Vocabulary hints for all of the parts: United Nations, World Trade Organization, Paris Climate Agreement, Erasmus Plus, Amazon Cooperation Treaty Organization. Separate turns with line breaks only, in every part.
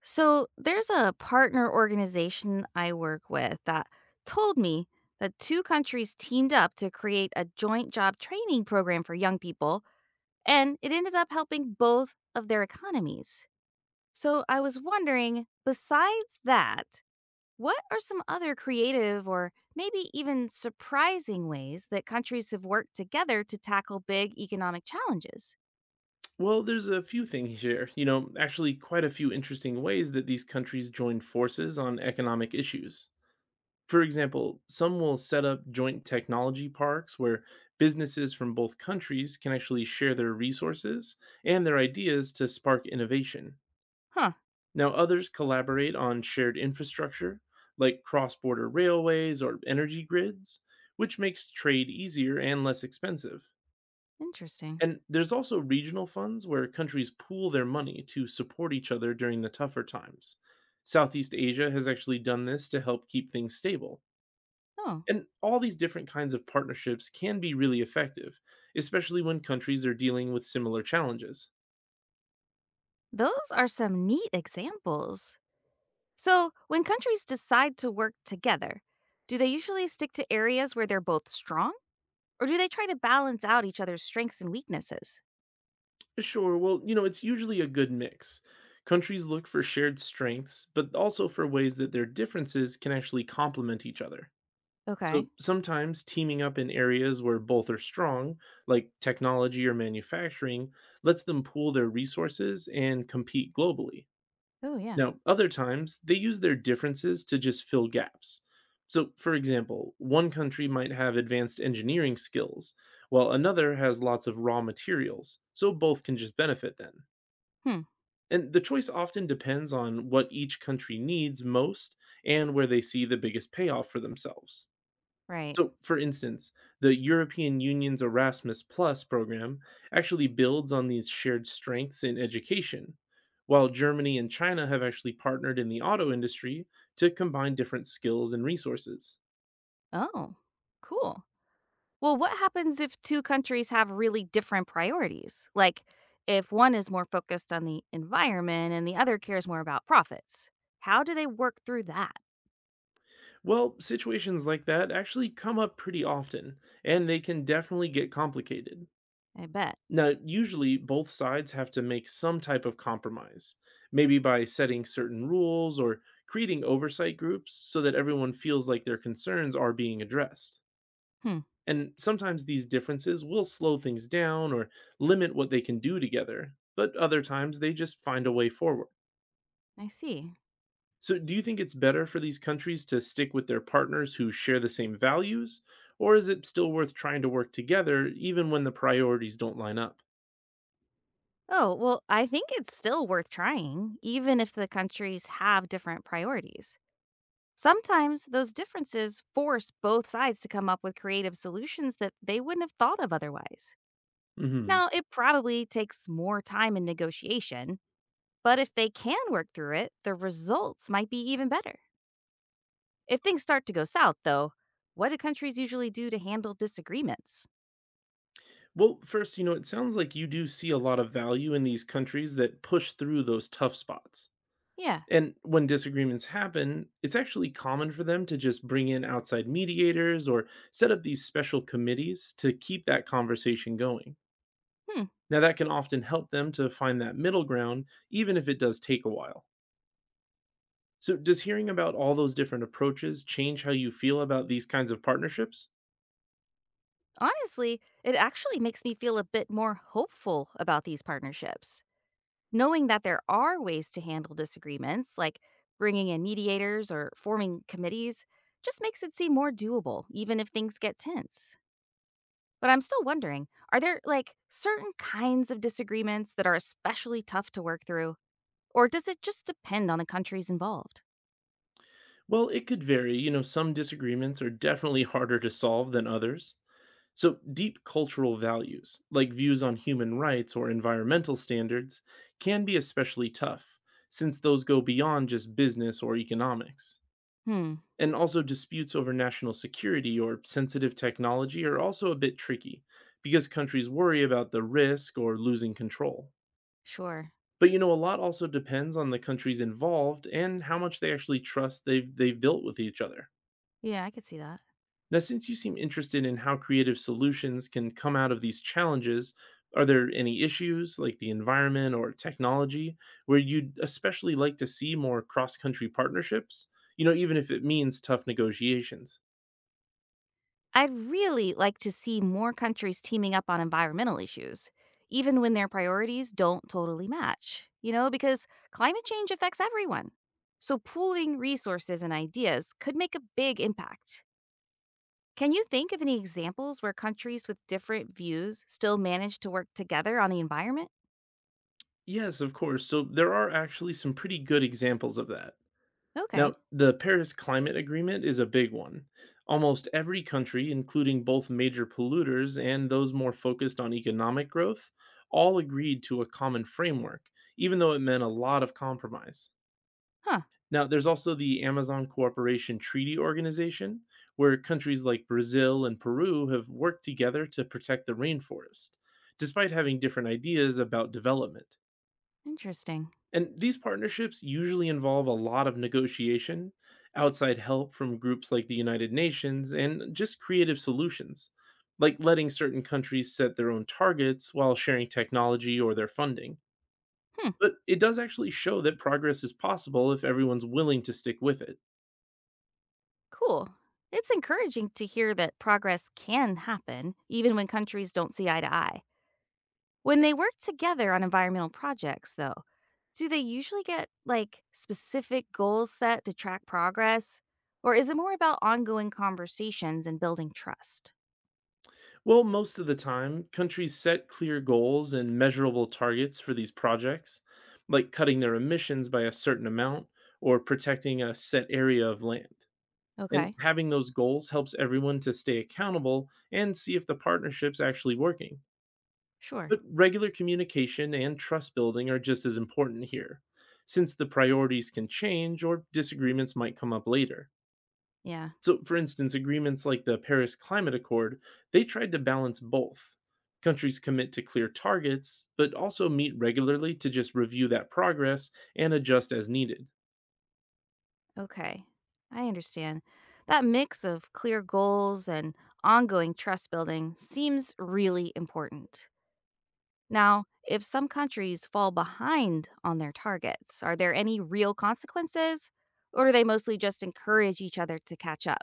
So there's a partner organization I work with that told me that two countries teamed up to create a joint job training program for young people, and it ended up helping both of their economies. So I was wondering, besides that, what are some other creative or maybe even surprising ways that countries have worked together to tackle big economic challenges?
Well, there's a few things here, you know, actually, quite a few interesting ways that these countries join forces on economic issues. For example, some will set up joint technology parks where businesses from both countries can actually share their resources and their ideas to spark innovation.
Huh,
Now, others collaborate on shared infrastructure, like cross border railways or energy grids, which makes trade easier and less expensive.
interesting.
And there's also regional funds where countries pool their money to support each other during the tougher times. Southeast Asia has actually done this to help keep things stable.
Oh,
And all these different kinds of partnerships can be really effective, especially when countries are dealing with similar challenges.
those are some neat examples. So, when countries decide to work together, do they usually stick to areas where they're both strong, or do they try to balance out each other's strengths and weaknesses?
Sure, well, you know, it's usually a good mix. Countries look for shared strengths, but also for ways that their differences can actually complement each other. So
Okay.
sometimes teaming up in areas where both are strong, like technology or manufacturing, lets them pool their resources and compete globally.
Oh, yeah.
Now, other times, they use their differences to just fill gaps. So, for example, one country might have advanced engineering skills, while another has lots of raw materials, so both can just benefit then.
Hmm.
And the choice often depends on what each country needs most and where they see the biggest payoff for themselves.
Right.
So, for instance, the European Union's Erasmus Plus program actually builds on these shared strengths in education, while Germany and China have actually partnered in the auto industry to combine different skills and resources.
Oh, cool. Well, what happens if two countries have really different priorities? Like, if one is more focused on the environment and the other cares more about profits, how do they work through that?
Well, situations like that actually come up pretty often, and they can definitely get complicated.
I bet.
Now, usually both sides have to make some type of compromise, maybe by setting certain rules or creating oversight groups so that everyone feels like their concerns are being addressed.
Hmm.
And sometimes these differences will slow things down or limit what they can do together, but other times they just find a way forward.
I see.
So, do you think it's better for these countries to stick with their partners who share the same values, or is it still worth trying to work together even when the priorities don't line up?
Oh, well, I think it's still worth trying, even if the countries have different priorities. Sometimes those differences force both sides to come up with creative solutions that they wouldn't have thought of otherwise.
Hmm.
Now, it probably takes more time and negotiation, but if they can work through it, the results might be even better. If things start to go south, though, what do countries usually do to handle disagreements?
Well, first, you know, it sounds like you do see a lot of value in these countries that push through those tough spots.
Yeah.
And when disagreements happen, it's actually common for them to just bring in outside mediators or set up these special committees to keep that conversation going.
Hmm.
Now, that can often help them to find that middle ground, even if it does take a while. So, does hearing about all those different approaches change how you feel about these kinds of partnerships?
Honestly, it actually makes me feel a bit more hopeful about these partnerships. Knowing that there are ways to handle disagreements, like bringing in mediators or forming committees, just makes it seem more doable, even if things get tense. But I'm still wondering, are there like certain kinds of disagreements that are especially tough to work through? Or does it just depend on the countries involved?
Well, it could vary. You know, some disagreements are definitely harder to solve than others. So, deep cultural values, like views on human rights or environmental standards, can be especially tough, since those go beyond just business or economics.
Hmm,
And also, disputes over national security or sensitive technology are also a bit tricky, because countries worry about the risk or losing control.
sure.
But you know, a lot also depends on the countries involved and how much they actually trust they've built with each other.
Yeah, I could see that.
Now, since you seem interested in how creative solutions can come out of these challenges, are there any issues like the environment or technology where you'd especially like to see more cross country partnerships? You know, even if it means tough negotiations.
I'd really like to see more countries teaming up on environmental issues, even when their priorities don't totally match, you know, because climate change affects everyone. So, pooling resources and ideas could make a big impact. Can you think of any examples where countries with different views still manage to work together on the environment?
Yes, of course. So there are actually some pretty good examples of that.
Okay.
Now, the Paris Climate Agreement is a big one. Almost every country, including both major polluters and those more focused on economic growth, all agreed to a common framework, even though it meant a lot of compromise.
Huh.
Now, there's also the Amazon Cooperation Treaty Organization, where countries like Brazil and Peru have worked together to protect the rainforest, despite having different ideas about development.
Interesting.
And these partnerships usually involve a lot of negotiation, outside help from groups like the United Nations, and just creative solutions, like letting certain countries set their own targets while sharing technology or their funding.
Hmm.
But it does actually show that progress is possible if everyone's willing to stick with it.
Cool. It's encouraging to hear that progress can happen even when countries don't see eye to eye. When they work together on environmental projects, though, do they usually get like specific goals set to track progress? Or is it more about ongoing conversations and building trust?
Well, most of the time, countries set clear goals and measurable targets for these projects, like cutting their emissions by a certain amount or protecting a set area of land. And
Okay,
having those goals helps everyone to stay accountable and see if the partnership's actually working.
sure.
But regular communication and trust building are just as important here, since the priorities can change or disagreements might come up later.
Yeah,
So, for instance, agreements like the Paris Climate Accord, they tried to balance both. Countries commit to clear targets, but also meet regularly to just review that progress and adjust as needed.
okay. I understand. That mix of clear goals and ongoing trust building seems really important. Now, if some countries fall behind on their targets, are there any real consequences? Or do they mostly just encourage each other to catch up?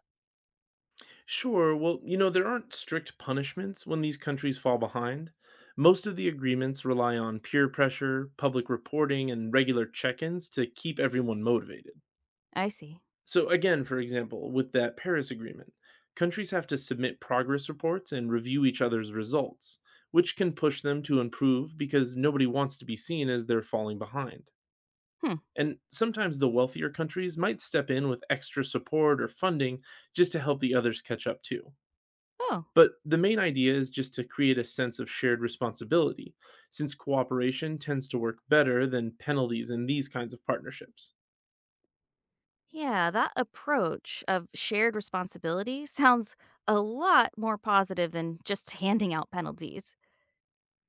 Sure. Well, you know, there aren't strict punishments when these countries fall behind. Most of the agreements rely on peer pressure, public reporting, and regular check ins to keep everyone motivated.
I see.
So, again, for example, with that Paris Agreement, countries have to submit progress reports and review each other's results, which can push them to improve because nobody wants to be seen as they're falling behind.
Hmm.
And sometimes the wealthier countries might step in with extra support or funding just to help the others catch up too.
Oh,
But the main idea is just to create a sense of shared responsibility, since cooperation tends to work better than penalties in these kinds of partnerships.
yeah. That approach of shared responsibility sounds a lot more positive than just handing out penalties.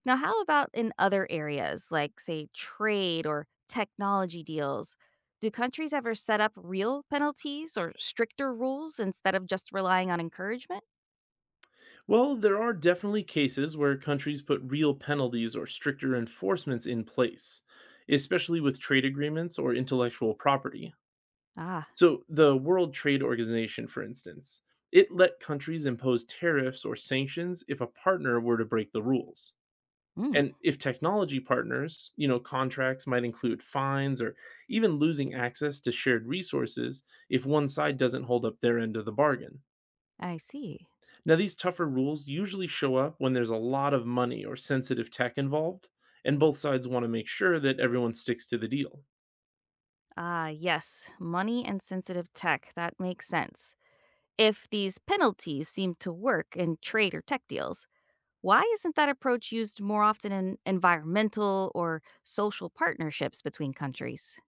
Now, how about in other areas, like, say, trade or technology deals? Do countries ever set up real penalties or stricter rules instead of just relying on encouragement?
Well, there are definitely cases where countries put real penalties or stricter enforcements in place, especially with trade agreements or intellectual property.
Ah,
So, the World Trade Organization, for instance, it let countries impose tariffs or sanctions if a partner were to break the rules.
mm,
And if technology partners, you know, contracts might include fines or even losing access to shared resources if one side doesn't hold up their end of the bargain.
I see.
Now, these tougher rules usually show up when there's a lot of money or sensitive tech involved, and both sides want to make sure that everyone sticks to the deal.
Ah, yes, money and sensitive tech. That makes sense. If these penalties seem to work in trade or tech deals, why isn't that approach used more often in environmental or social partnerships between countries?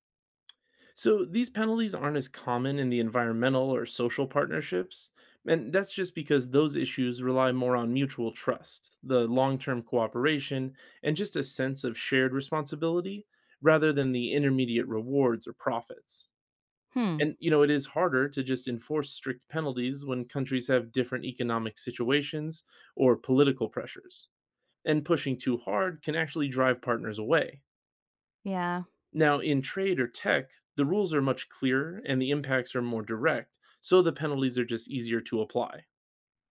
So these penalties aren't as common in the environmental or social partnerships, and that's just because those issues rely more on mutual trust, the long term cooperation, and just a sense of shared responsibility rather than the intermediate rewards or profits.
Hmm.
And, you know, it is harder to just enforce strict penalties when countries have different economic situations or political pressures. And pushing too hard can actually drive partners away.
Yeah,
Now, in trade or tech, the rules are much clearer and the impacts are more direct, so the penalties are just easier to apply.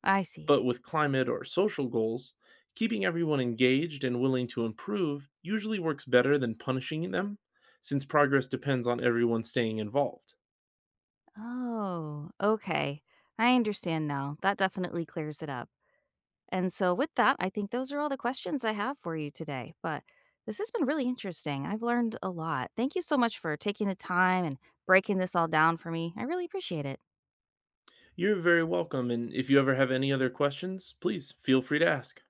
I see.
But with climate or social goals, keeping everyone engaged and willing to improve usually works better than punishing them, since progress depends on everyone staying involved.
Oh, okay. I understand now. That definitely clears it up. And so, with that, I think those are all the questions I have for you today. But this has been really interesting. I've learned a lot. Thank you so much for taking the time and breaking this all down for me. I really appreciate it.
You're very welcome. And if you ever have any other questions, please feel free to ask.